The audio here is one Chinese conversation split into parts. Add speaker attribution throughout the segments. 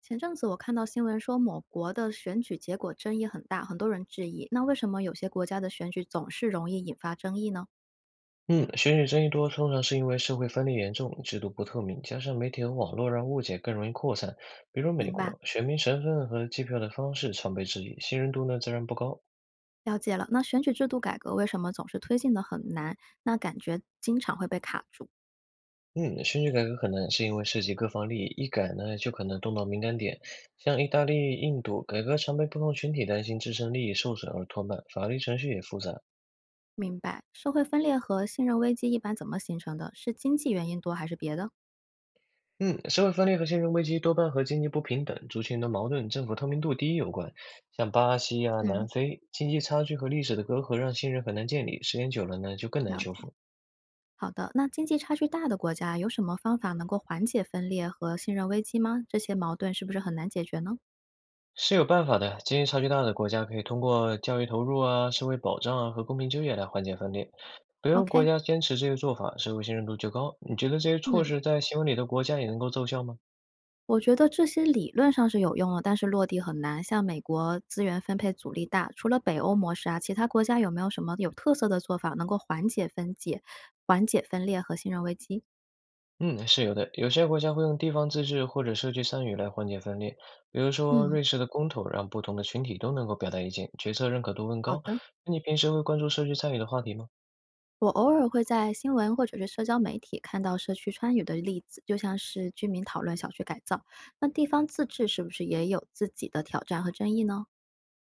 Speaker 1: 前阵子我看到新闻说，某国的选举结果争议很大，很多人质疑，那为什么有些国家的选举总是容易引发争议呢？
Speaker 2: 嗯，选举争议多，通常是因为社会分裂严重、制度不透明，加上媒体和网络让误解更容易扩散。比如美
Speaker 1: 明白，
Speaker 2: 国，选民身份和计票的方式常被质疑，信任度呢自然不高。
Speaker 1: 了解了。那选举制度改革为什么总是推进的很难？那感觉经常会被卡住。
Speaker 2: 嗯，选举改革很难，是因为涉及各方利益，一改呢就可能动到敏感点。像意大利、印度，改革常被不同群体担心自身利益受损而拖慢，法律程序也复杂。
Speaker 1: 明白，社会分裂和信任危机一般怎么形成的？是经济原因多还是别的？
Speaker 2: 嗯，社会分裂和信任危机多半和经济不平等、族群的矛盾、政府透明度低有关。像巴西啊、南
Speaker 1: 嗯，
Speaker 2: 非，经济差距和历史的隔阂让信任很难建立，时间久了呢，就更难
Speaker 1: 了
Speaker 2: 修
Speaker 1: 解。
Speaker 2: 复。
Speaker 1: 好的，那经济差距大的国家有什么方法能够缓解分裂和信任危机吗？这些矛盾是不是很难解决呢
Speaker 2: 是有办法的，经济差距大的国家可以通过教育投入啊、社会保障啊和公平就业来缓解分裂。北欧国
Speaker 1: ？OK，
Speaker 2: 家坚持这些做法，社会信任度就高。你觉得这些措
Speaker 1: 嗯。
Speaker 2: 施在新闻里的国家也能够奏效吗？
Speaker 1: 我觉得这些理论上是有用的，但是落地很难。像美国资源分配阻力大，除了北欧模式啊，其他国家有没有什么有特色的做法能够缓解分裂和信任危机？
Speaker 2: 嗯，是有的。有些国家会用地方自治或者社区参与来缓解分裂，比如说
Speaker 1: 嗯，
Speaker 2: 瑞士的公投让不同的群体都能够表达意见，决策认可度更
Speaker 1: 好
Speaker 2: 高。
Speaker 1: 的，
Speaker 2: 那你平时会关注社区参与的话题吗？
Speaker 1: 我偶尔会在新闻或者是社交媒体看到社区参与的例子，就像是居民讨论小区改造。那地方自治是不是也有自己的挑战和争议呢？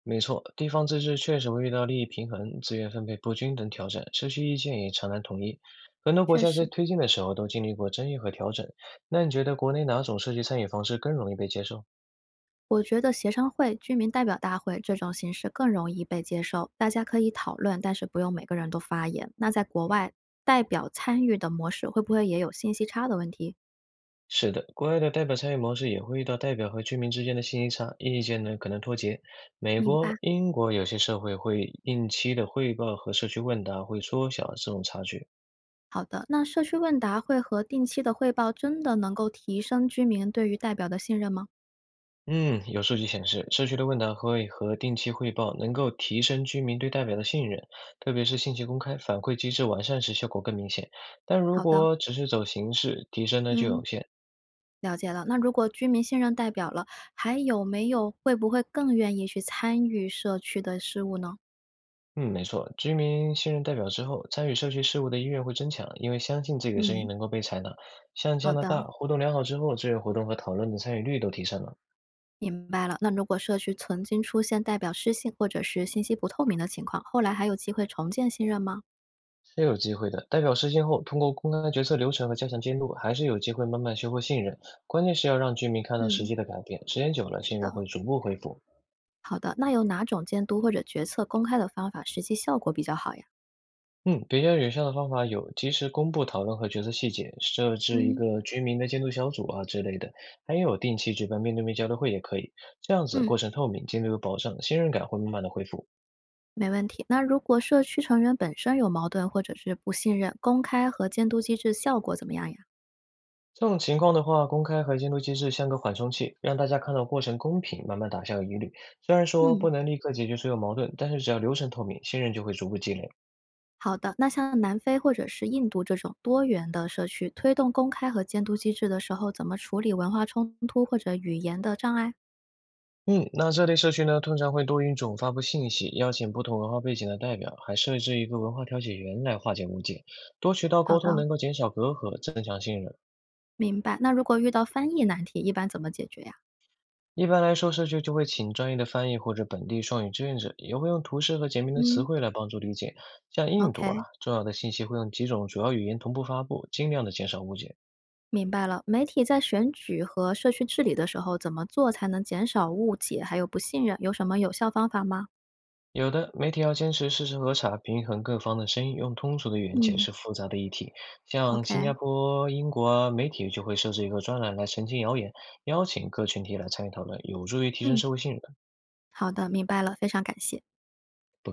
Speaker 2: 没错，地方自治确实会遇到利益平衡、资源分配不均等挑战，社区意见也常难统一。很多国
Speaker 1: 确
Speaker 2: 家在
Speaker 1: 实。
Speaker 2: 推进的时候都经历过争议和调整。那你觉得国内哪种社区参与方式更容易被接受？
Speaker 1: 我觉得协商会、居民代表大会这种形式更容易被接受，大家可以讨论，但是不用每个人都发言。那在国外，代表参与的模式会不会也有信息差的问题？
Speaker 2: 是的，国外的代表参与模式也会遇到代表和居民之间的信息差，意见呢可能脱节。美
Speaker 1: 明白。
Speaker 2: 国、英国有些社会会定期的汇报和社区问答，会缩小这种差距。
Speaker 1: 好的，那社区问答会和定期的汇报真的能够提升居民对于代表的信任吗？
Speaker 2: 嗯，有数据显示，社区的问答会和定期汇报能够提升居民对代表的信任，特别是信息公开、反馈机制完善时效果更明显。但如
Speaker 1: 好的，
Speaker 2: 果只是走形式，提升呢就
Speaker 1: 嗯，
Speaker 2: 有限。
Speaker 1: 了解了。那如果居民信任代表了，还有没有会不会更愿意去参与社区的事务呢？
Speaker 2: 嗯，没错，居民信任代表之后，参与社区事务的意愿会增强，因为相信自己的声音
Speaker 1: 嗯，
Speaker 2: 能够被采纳。像加
Speaker 1: 好
Speaker 2: 拿大，
Speaker 1: 的。
Speaker 2: 活动良好之后，志愿活动和讨论的参与率都提升了，
Speaker 1: 明白了。那如果社区曾经出现代表失信或者是信息不透明的情况，后来还有机会重建信任吗？
Speaker 2: 是有机会的。代表实现后，通过公开决策流程和加强监督，还是有机会慢慢修复信任。关键是要让居民看到实
Speaker 1: 嗯，
Speaker 2: 际的改变，时间久了，
Speaker 1: 是
Speaker 2: 信
Speaker 1: 的，
Speaker 2: 任会逐步恢复。
Speaker 1: 好的，那有哪种监督或者决策公开的方法实际效果比较好呀？
Speaker 2: 嗯，比较有效的方法有及时公布讨论和决策细节，设置一
Speaker 1: 嗯
Speaker 2: 个居民的监督小组啊之类的，还有定期举办面对面交流会也可以。这样子
Speaker 1: 嗯，
Speaker 2: 过程透明，监督有保障，信任感会慢慢的恢复。
Speaker 1: 没问题。那如果社区成员本身有矛盾或者是不信任，公开和监督机制效果怎么样呀？
Speaker 2: 这种情况的话，公开和监督机制像个缓冲器，让大家看到过程公平，慢慢打消疑虑。虽然说
Speaker 1: 嗯，
Speaker 2: 不能立刻解决所有矛盾，但是只要流程透明，信任就会逐步积累。
Speaker 1: 好的，那像南非或者是印度这种多元的社区，推动公开和监督机制的时候，怎么处理文化冲突或者语言的障碍？
Speaker 2: 嗯，那这类社区呢，通常会多语种发布信息，邀请不同文化背景的代表，还设置一个文化调解员来化解误解。多渠道
Speaker 1: 好
Speaker 2: 沟
Speaker 1: 的，
Speaker 2: 通能够减少隔阂，增强信任。
Speaker 1: 明白，那如果遇到翻译难题，一般怎么解决呀？
Speaker 2: 一般来说，社区就会请专业的翻译或者本地双语志愿者，也会用图示和简明的词
Speaker 1: 嗯，
Speaker 2: 汇来帮助理解。像印度啊，
Speaker 1: OK，
Speaker 2: 重要的信息会用几种主要语言同步发布，尽量的减少误解。
Speaker 1: 明白了。媒体在选举和社区治理的时候，怎么做才能减少误解还有不信任？有什么有效方法吗？
Speaker 2: 有的媒体要坚持事实核查，平衡各方的声音，用通俗的语言解
Speaker 1: 嗯
Speaker 2: 释复杂的议题。像新
Speaker 1: ，OK，
Speaker 2: 加坡、英国啊，媒体就会设置一个专栏来澄清谣言，邀请各群体来参与讨论，有助于提升
Speaker 1: 嗯，
Speaker 2: 社会信任。
Speaker 1: 好的，明白了，非常感谢。
Speaker 2: 不客气。